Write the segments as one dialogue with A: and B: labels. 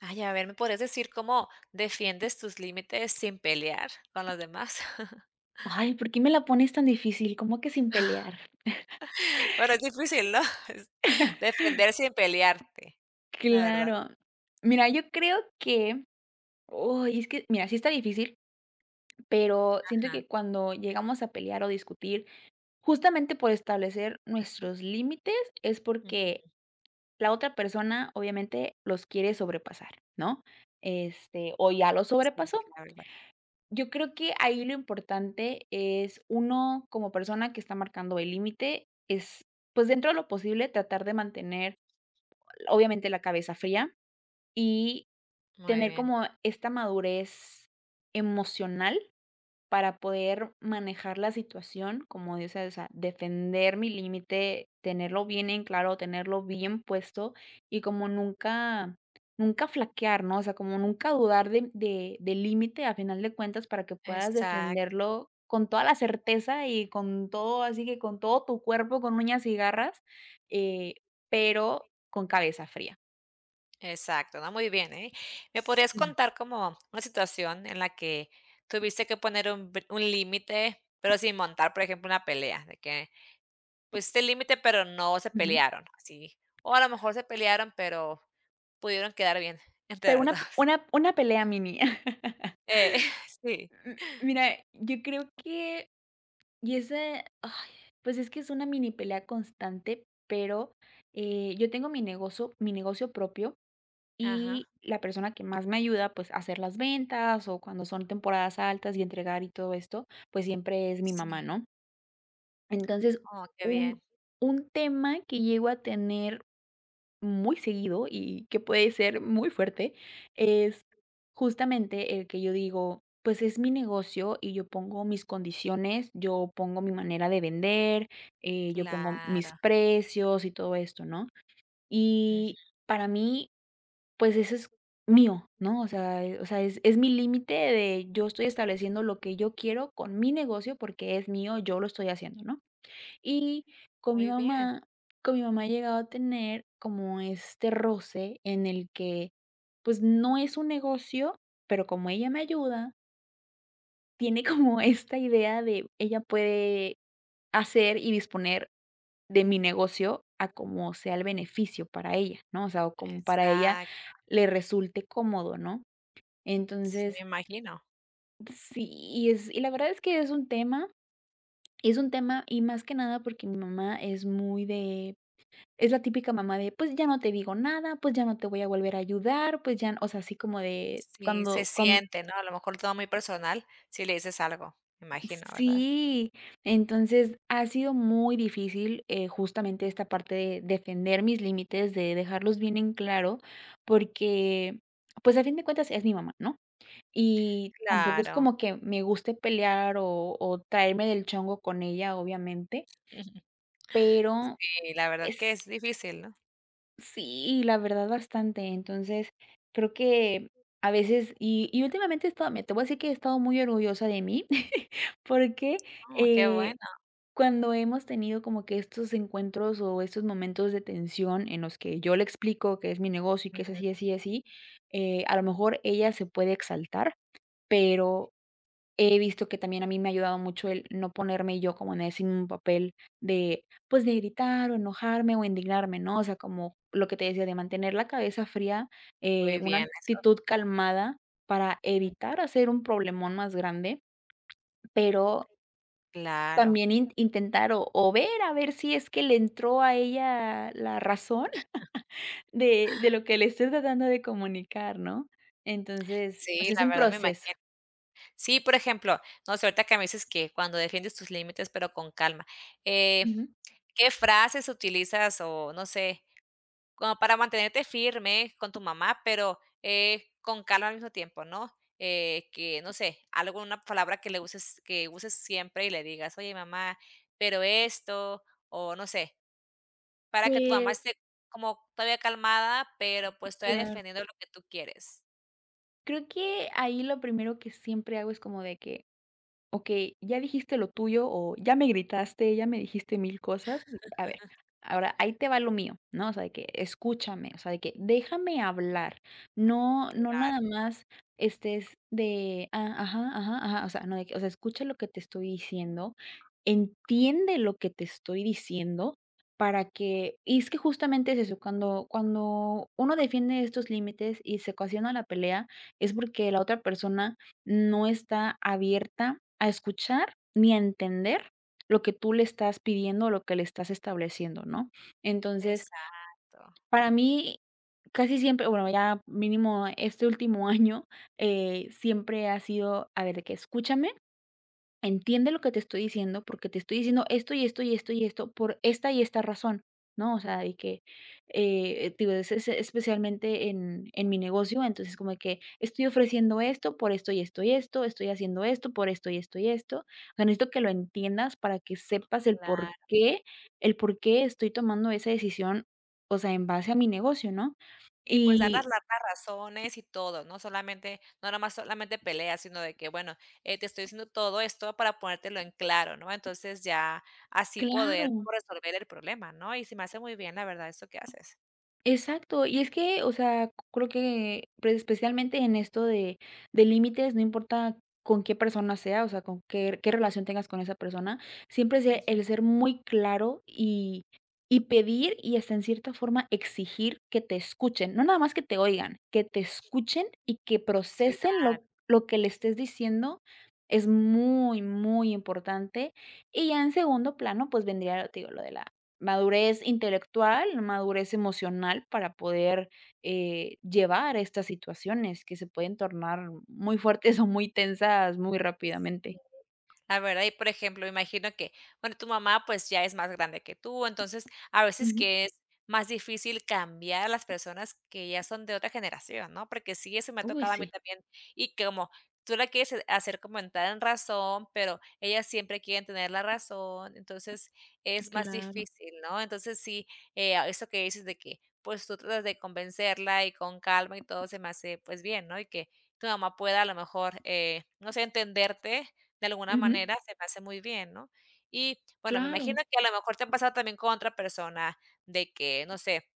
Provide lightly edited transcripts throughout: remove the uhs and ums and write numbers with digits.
A: Ay, a ver, ¿me podrías decir cómo defiendes tus límites sin pelear con los demás?
B: Ay, ¿por qué me la pones tan difícil? ¿Cómo que sin pelear?
A: Bueno, es difícil, ¿no? Defender sin pelearte, la verdad.
B: Claro. Mira, yo creo que, uy, es que, mira, sí está difícil, pero siento
A: Ajá.
B: que cuando llegamos a pelear o discutir, justamente por establecer nuestros límites, es
A: Ujú.
B: porque la otra persona obviamente los quiere sobrepasar, ¿no? Este, o ya los
A: Sí,
B: sobrepasó.
A: la verdad.
B: Yo creo que ahí lo importante es uno como persona que está marcando el límite, es pues dentro de lo posible tratar de mantener obviamente la cabeza fría y
A: Muy
B: tener
A: bien.
B: como esta madurez emocional para poder manejar la situación, como dices, o sea, defender mi límite, tenerlo bien en claro, tenerlo bien puesto y como nunca, nunca flaquear, ¿no? O sea, como nunca dudar de, del límite a final de cuentas para que puedas
A: Exacto,
B: defenderlo con toda la certeza y con todo, así que con todo tu cuerpo, con uñas y garras, eh, pero con cabeza fría.
A: exacto, ¿no? Muy bien, ¿eh? ¿Me podrías contar como una situación en la que tuviste que poner un, un límite, pero sin montar, por ejemplo, una pelea? De que pusiste el límite, pero no se
B: Ujú.
A: pelearon, así. O a lo mejor se pelearon, pero pudieron quedar bien entre
B: Pero
A: las
B: una
A: dos.
B: una una pelea mini.
A: Eh, sí.
B: M mira, yo creo que y ese, ay, pues es que es una mini pelea constante, pero, yo tengo mi negocio propio
A: Ajá.
B: y la persona que más me ayuda, pues, a hacer las ventas o cuando son temporadas altas y entregar y todo esto, pues siempre es mi mamá,
A: Sí.
B: ¿no? Entonces,
A: Oh, qué bien.
B: un un tema que llego a tener muy seguido y que puede ser muy fuerte, es justamente el que yo digo, pues es mi negocio y yo pongo mis condiciones, yo pongo mi manera de vender, yo pongo
A: Claro.
B: mis precios y todo esto, ¿no? Y
A: Ujú.
B: para mí, pues eso es mío, ¿no? O sea, es mi límite de yo estoy estableciendo lo que yo quiero con mi negocio porque es mío, yo lo estoy haciendo, ¿no? Y con mi
A: Muy bien.
B: mamá, con mi mamá he llegado a tener como este roce en el que, pues, no es un negocio, pero como ella me ayuda, tiene como esta idea de ella puede hacer y disponer de mi negocio a como sea el beneficio para ella, ¿no? O sea, o como para ella
A: Exacto.
B: le resulte cómodo, ¿no?
A: Sí, me
B: Entonces,
A: imagino.
B: sí, y es y la verdad es que es un tema, y es un tema, y más que nada porque mi mamá es muy de es la típica mamá de, pues, ya no te digo nada, pues, ya no te voy a volver a ayudar, pues, ya o sea, así como de
A: Sí, se
B: cuando cuando
A: siente, ¿no? A lo mejor todo muy personal si le dices algo, me imagino, ¿verdad?
B: sí, entonces ha sido muy difícil, justamente esta parte de defender mis límites, de dejarlos bien en claro, porque, pues, a fin de cuentas es mi mamá, ¿no? Y tampoco es
A: Claro.
B: como que me guste pelear o traerme del chongo con ella, obviamente, pero
A: Sí, la verdad que
B: es
A: es difícil, ¿no?
B: sí, la verdad bastante. Entonces, creo que a veces y últimamente he estado me te voy a decir que he estado muy orgullosa de mí, porque,
A: Oh, qué
B: eh,
A: bueno.
B: cuando hemos tenido como que estos encuentros o estos momentos de tensión en los que yo le explico que es mi negocio y que es
A: Ujú.
B: así, así, así, a lo mejor ella se puede exaltar, pero he visto que también a mí me ha ayudado mucho el no ponerme yo como en ese mismo papel de, pues, de gritar o enojarme o indignarme, ¿no? O sea, como lo que te decía, de mantener la cabeza fría,
A: Muy
B: una
A: bien eso.
B: actitud calmada para
A: Mm,
B: evitar hacer un problemón más grande, pero
A: claro.
B: también in intentar o ver a ver si es que le entró a ella la razón de lo que le estoy tratando de comunicar, ¿no? Entonces, pues,
A: Sí,
B: es
A: la
B: un
A: verdad me
B: proceso.
A: imagino. Sí, por ejemplo, no sé, ahorita que me dices que cuando defiendes tus límites, pero con calma, eh,
B: Ujú.
A: ¿qué frases utilizas o no sé, como para mantenerte firme con tu mamá, pero con calma al mismo tiempo, ¿no? Que no sé, algo, una palabra que le uses, que uses siempre y le digas, oye mamá, pero esto, o no sé, para que tu
B: Pues,
A: mamá esté como todavía calmada, pero pues todavía
B: claro.
A: defendiendo lo que tú quieres.
B: Creo que ahí lo primero que siempre hago es como de que, ok, ya dijiste lo tuyo o ya me gritaste, ya me dijiste mil cosas. De que, a ver, ahora ahí te va lo mío, ¿no? O sea, de que escúchame, o sea, de que déjame hablar. No, no
A: Claro.
B: nada más estés de, "Ah, ajá, ajá, ajá, o sea, no, de que, o sea, escucha lo que te estoy diciendo, entiende lo que te estoy diciendo para que, y es que justamente es eso, cuando uno defiende estos límites y se ocasiona la pelea, es porque la otra persona no está abierta a escuchar ni a entender lo que tú le estás pidiendo, lo que le estás estableciendo, ¿no? Entonces,
A: Exacto,
B: para mí, casi siempre, bueno, ya mínimo este último año, siempre ha sido, a ver, de que escúchame, entiende lo que te estoy diciendo, porque te estoy diciendo esto, y esto, y esto, y esto, por esta y esta razón, ¿no? O sea, y que, digo, es especialmente en mi negocio, entonces, como que estoy ofreciendo esto por esto y esto y esto, estoy haciendo esto por esto y esto y esto. O sea, necesito que lo entiendas para que sepas
A: claro.
B: el por qué estoy tomando esa decisión, o sea, en base a mi negocio, ¿no?
A: Y pues dar las
B: Y
A: largas razones y todo, no solamente no nada más solamente peleas, sino de que, bueno, te estoy diciendo todo esto para ponértelo en claro, ¿no? Entonces, ya así poder
B: claro.
A: como resolver el problema, ¿no? Y se me hace muy bien, la verdad, esto que haces.
B: Exacto, y es que, o sea, creo que, pues, especialmente en esto de límites, no importa con qué persona sea, o sea, con qué qué relación tengas con esa persona, siempre se el ser muy claro y pedir y hasta en cierta forma exigir que te escuchen, no nada más que te oigan, que te escuchen y que procesen
A: Claro.
B: lo que le estés diciendo es muy, muy importante. Y ya en segundo plano, pues vendría, te digo, lo de la madurez intelectual, madurez emocional para poder, llevar estas situaciones que se pueden tornar muy fuertes o muy tensas muy rápidamente.
A: La verdad, y por ejemplo, me imagino que, bueno, tu mamá pues ya es más grande que tú, entonces a veces
B: Ujú.
A: que es más difícil cambiar a las personas que ya son de otra generación, ¿no? Porque sí, eso me ha
B: Uy,
A: tocado a mí
B: sí,
A: también y que como tú la quieres hacer como entrar en razón, pero ellas siempre quieren tener la razón, entonces es más
B: claro.
A: difícil, ¿no? Entonces sí, a eso que dices de que pues tú tratas de convencerla y con calma y todo se me hace pues bien, ¿no? Y que tu mamá pueda a lo mejor, no sé, entenderte de alguna
B: Ujú.
A: manera se me hace muy bien, ¿no? Y bueno, me
B: Claro.
A: imagino que a lo mejor te ha pasado también con otra persona de que, no sé,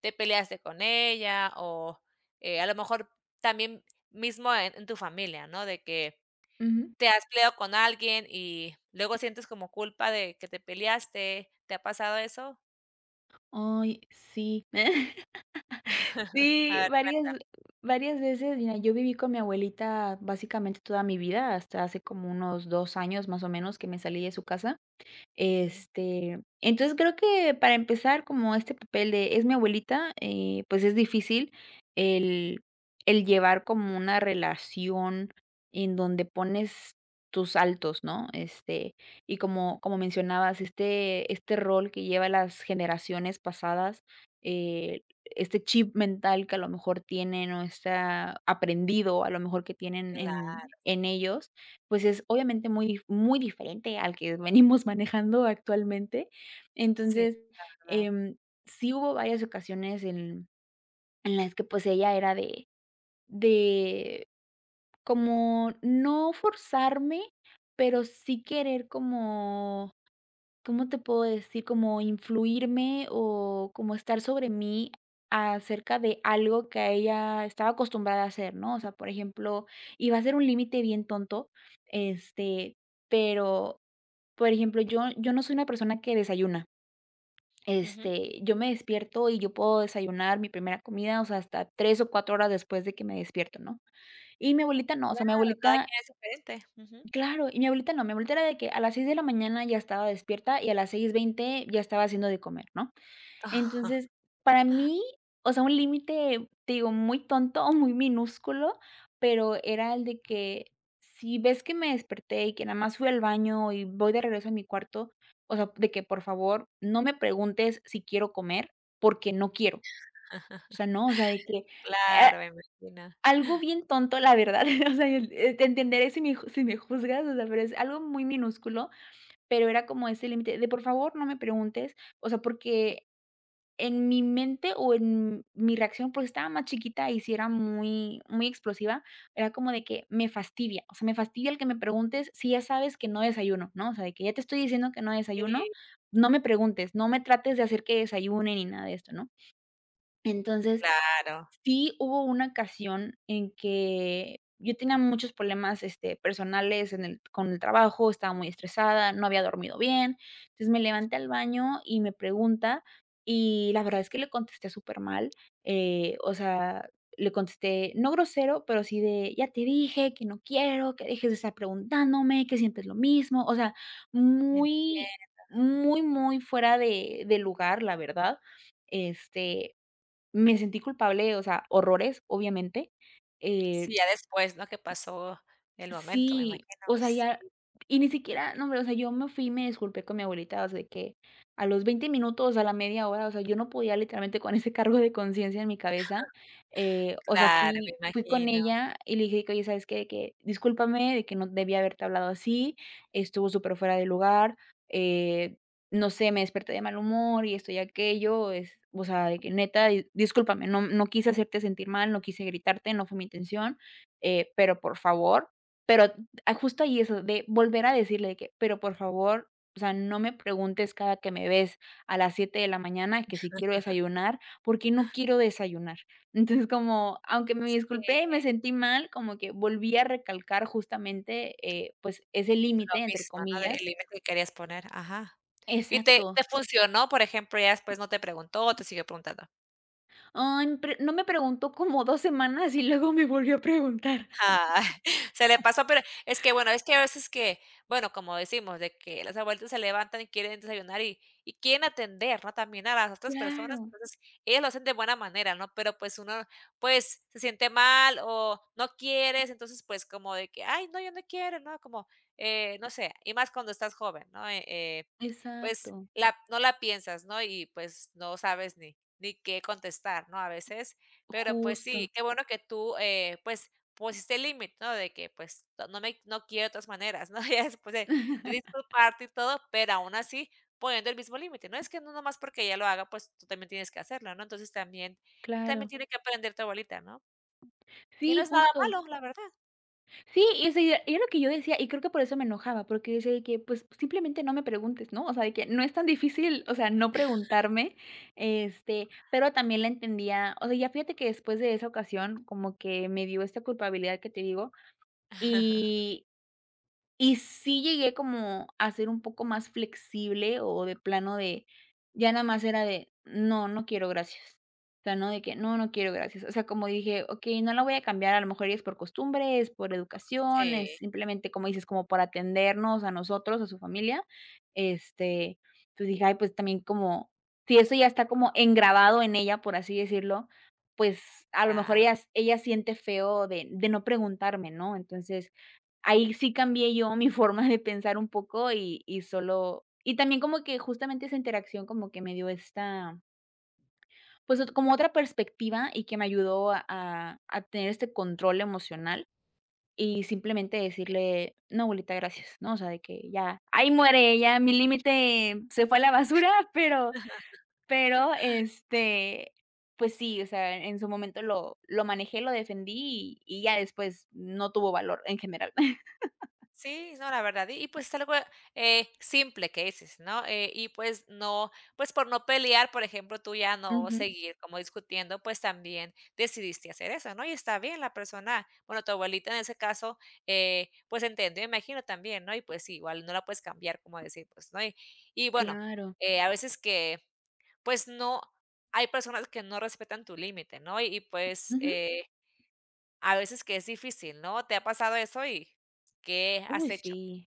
A: te peleaste con ella o, a lo mejor también mismo en tu familia, ¿no? De que
B: Ujú.
A: te has peleado con alguien y luego sientes como culpa de que te peleaste, ¿te ha pasado eso?
B: Ay, sí.
A: A
B: Sí,
A: ver,
B: varias
A: cuéntame.
B: varias veces, mira, yo viví con mi abuelita básicamente toda mi vida, hasta hace como unos 2 años más o menos que me salí de su casa.
A: Ujú.
B: Este, entonces creo que para empezar, como este papel de es mi abuelita, pues es difícil el, el llevar como una relación en donde pones tus altos, ¿no? Este, y como, como mencionabas, este rol que lleva las generaciones pasadas, este chip mental que a lo mejor tienen o está aprendido a lo mejor que tienen
A: Claro, sí.
B: en ellos pues es obviamente muy diferente al que venimos manejando actualmente.
A: Sí,
B: Entonces,
A: verdad.
B: em, sí hubo varias ocasiones en las que, pues, ella era de como no forzarme, pero sí querer como ¿cómo te puedo decir? Como influirme o como estar sobre mí acerca de algo que ella estaba acostumbrada a hacer, ¿no? O sea, por ejemplo, y va a ser un límite bien tonto, este, pero, por ejemplo, yo no soy una persona que desayuna.
A: Ujú.
B: Este, yo me despierto y yo puedo desayunar mi primera comida, o sea, hasta 3 o 4 horas después de que me despierto, ¿no? Y mi abuelita no, o sea, mi
A: Claro, cada
B: abuelita
A: quien es diferente. Ujú.
B: claro, y mi abuelita no, mi abuelita era de que a las 6 de la mañana ya estaba despierta y a las 6:20 ya estaba haciendo de comer, ¿no? Entonces, para mí, o sea, un límite, te digo, muy tonto muy minúsculo, pero era el de que si ves que me desperté y que nada más fui al baño y voy de regreso a mi cuarto, o sea, de que por favor no me preguntes si quiero comer, porque no quiero. O sea, no, o sea, de que, eh
A: Claro, me imagino.
B: algo bien tonto, la verdad, o sea, el te entenderé si me juzgas, o sea, pero es algo muy minúsculo, pero era como ese límite de: "Por favor, no me preguntes", o sea, porque en mi mente o en mi reacción, porque estaba más chiquita y sí era muy muy explosiva, era como de que me fastidia, o sea, me fastidia el que me preguntes si ya sabes que no desayuno, ¿no? O sea, de que ya te estoy diciendo que no desayuno,
A: Sí,
B: no me preguntes, no me trates de hacer que desayune ni nada de esto, ¿no? Entonces
A: claro.
B: sí, hubo una ocasión en que yo tenía muchos problemas, este, personales en el con el trabajo, estaba muy estresada, no había dormido bien. Entonces, me levanté al baño y me pregunta, y la verdad es que le contesté supermal, o sea, le contesté, no grosero, pero sí de: "Ya te dije que no quiero, que dejes de estar preguntándome, que siempre es lo mismo". O sea, muy,
A: Entiendo.
B: muy, muy fuera de lugar, la verdad. Este Me sentí culpable, o sea, horrores, obviamente,
A: Sí,
B: eh,
A: ya después, ¿no? Que pasó el momento, me imagino.
B: sí, o sea, ya,
A: Sí,
B: y ni siquiera, no, hombre, o sea, yo me fui y me disculpé con mi abuelita, o sea, de que a los 20 minutos, a la media hora, o sea, yo no podía literalmente con ese cargo de conciencia en mi cabeza, o sea,
A: claro, me
B: fui con
A: imagino.
B: ella y le dije que: "Oye, ¿sabes qué?, de que discúlpame, de que no debía haberte hablado así, estuvo súper fuera de lugar, eh, no sé, me desperté de mal humor y esto y aquello, es, o sea, de que neta, di discúlpame, no quise hacerte sentir mal, no quise gritarte, no fue mi intención, pero por favor". Pero, ah, justo ahí eso, de volver a decirle de que: "Pero por favor, o sea, no me preguntes cada que me ves a las 7 de la mañana que si quiero desayunar, porque no quiero desayunar". Entonces, como, aunque me
A: Sí,
B: disculpé y me sentí mal, como que volví a recalcar justamente, pues, ese
A: lo
B: límite, entre
A: mismo, ¿no? Del
B: comillas.
A: límite que querías poner. Ajá. ¿Y te
B: Exacto.
A: funcionó, por ejemplo, ya después no te preguntó, o te siguió preguntando?
B: Ay, pre no me preguntó como 2 semanas y luego me volvió a preguntar.
A: Ajá, se le pasó, pero es que, bueno, es que a veces que, bueno, como decimos, de que las abuelitas se levantan y quieren desayunar y quieren atender, ¿no? También a las otras personas,
B: Claro,
A: entonces, ellas lo hacen de buena manera, ¿no? Pero, pues, uno, pues, se siente mal o no quieres, entonces, pues, como de que: "Ay, no, yo no quiero", ¿no? Como, no sé, y más cuando estás joven, ¿no? Pues,
B: exacto,
A: la no la piensas, ¿no? Y, pues, no sabes ni qué contestar, ¿no? A veces, pero, pues
B: justo.
A: sí, qué bueno que tú, pues, pusiste el límite, ¿no? De que, pues, no quiero de todas maneras, ¿no? Ya después de disculparte y todo, pero aún así poniendo el mismo límite, no es que no nomás porque ella lo haga, pues, tú también tienes que hacerlo, ¿no? Entonces también también
B: Claro.
A: tiene que aprender tu abuelita, ¿no? Y no
B: Sí,
A: es nada
B: justo.
A: malo, la verdad.
B: Sí, y ese era lo que yo decía, y creo que por eso me enojaba, porque decía de que, pues, simplemente no me preguntes, ¿no? O sea, de que no es tan difícil, o sea, no preguntarme, pero también la entendía, o sea, ya fíjate que después de esa ocasión como que me dio esta culpabilidad que te digo, y y sí llegué como a ser un poco más flexible o de plano de ya nada más era de: "No, no quiero, gracias". O sea, no de que: "No, no quiero, gracias". O sea, como dije: "Okey, no la voy a cambiar, a lo mejor es por costumbre, es por educación, es
A: Sí,
B: simplemente", como dices, como por atendernos a nosotros, a su familia. Este, pues dije: "Ay, pues también como si eso ya está como engrabado en ella", por así decirlo, pues a lo mejor ella
A: claro.
B: ella siente feo de no preguntarme, ¿no? Entonces ahí sí cambié yo mi forma de pensar un poco y solo y también como que justamente esa interacción como que me dio esta, pues, ot como otra perspectiva y que me ayudó a tener este control emocional y simplemente decirle: "No, abuelita, gracias", ¿no? O sea, de que ya ahí muere, ya mi límite se fue a la basura, pero pero, este, pues sí, o sea, en su momento lo manejé, lo defendí y ya después no tuvo valor en general.
A: Sí, no, la verdad. Y, pues es algo, simple que dices, ¿no? Y pues no, pues por no pelear, por ejemplo, tú ya no
B: Ujú,
A: seguir como discutiendo, pues también decidiste hacer eso, ¿no? Y está bien, la persona, bueno, tu abuelita en ese caso, pues entendió, imagino también, ¿no? Y pues sí, igual no la puedes cambiar, como decir, pues, ¿no? Y bueno,
B: claro.
A: a veces que, pues no, hay personas que no respetan tu límite, ¿no? Y, pues
B: Ujú.
A: a veces que es difícil, ¿no? ¿Te ha pasado eso y qué has
B: Uy,
A: hecho?
B: sí.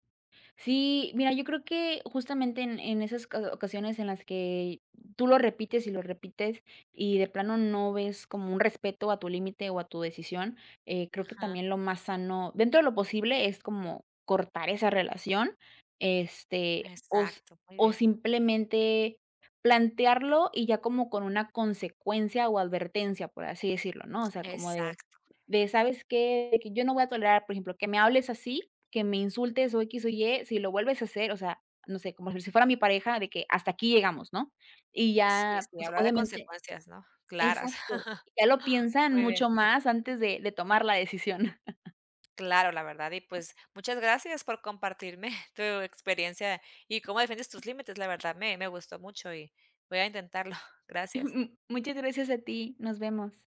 B: Sí, mira, yo creo que justamente en esas ocasiones en las que tú lo repites, y de plano no ves como un respeto a tu límite o a tu decisión, creo que
A: Ajá.
B: también lo más sano, dentro de lo posible, es como cortar esa relación, este, o s
A: Exacto, muy
B: o
A: bien.
B: simplemente plantearlo y ya como con una consecuencia o advertencia, por así decirlo, ¿no? O sea, como de.
A: Exacto.
B: De, ¿sabes qué? De que yo no voy a tolerar, por ejemplo, que me hables así, que me insultes o X o Y, si lo vuelves a hacer, o sea, no sé, como si fuera mi pareja, de que hasta aquí llegamos, ¿no? Y
A: Sí,
B: ya,
A: sí,
B: pues,
A: hablar de
B: obviamente
A: consecuencias, ¿no? Claras.
B: exacto, ya lo piensan
A: Muy bien.
B: mucho más antes de tomar la decisión.
A: Claro, la verdad. Y pues muchas gracias por compartirme tu experiencia y cómo defiendes tus límites. La verdad me, me gustó mucho y voy a intentarlo. Gracias.
B: Muchas gracias a ti, nos vemos.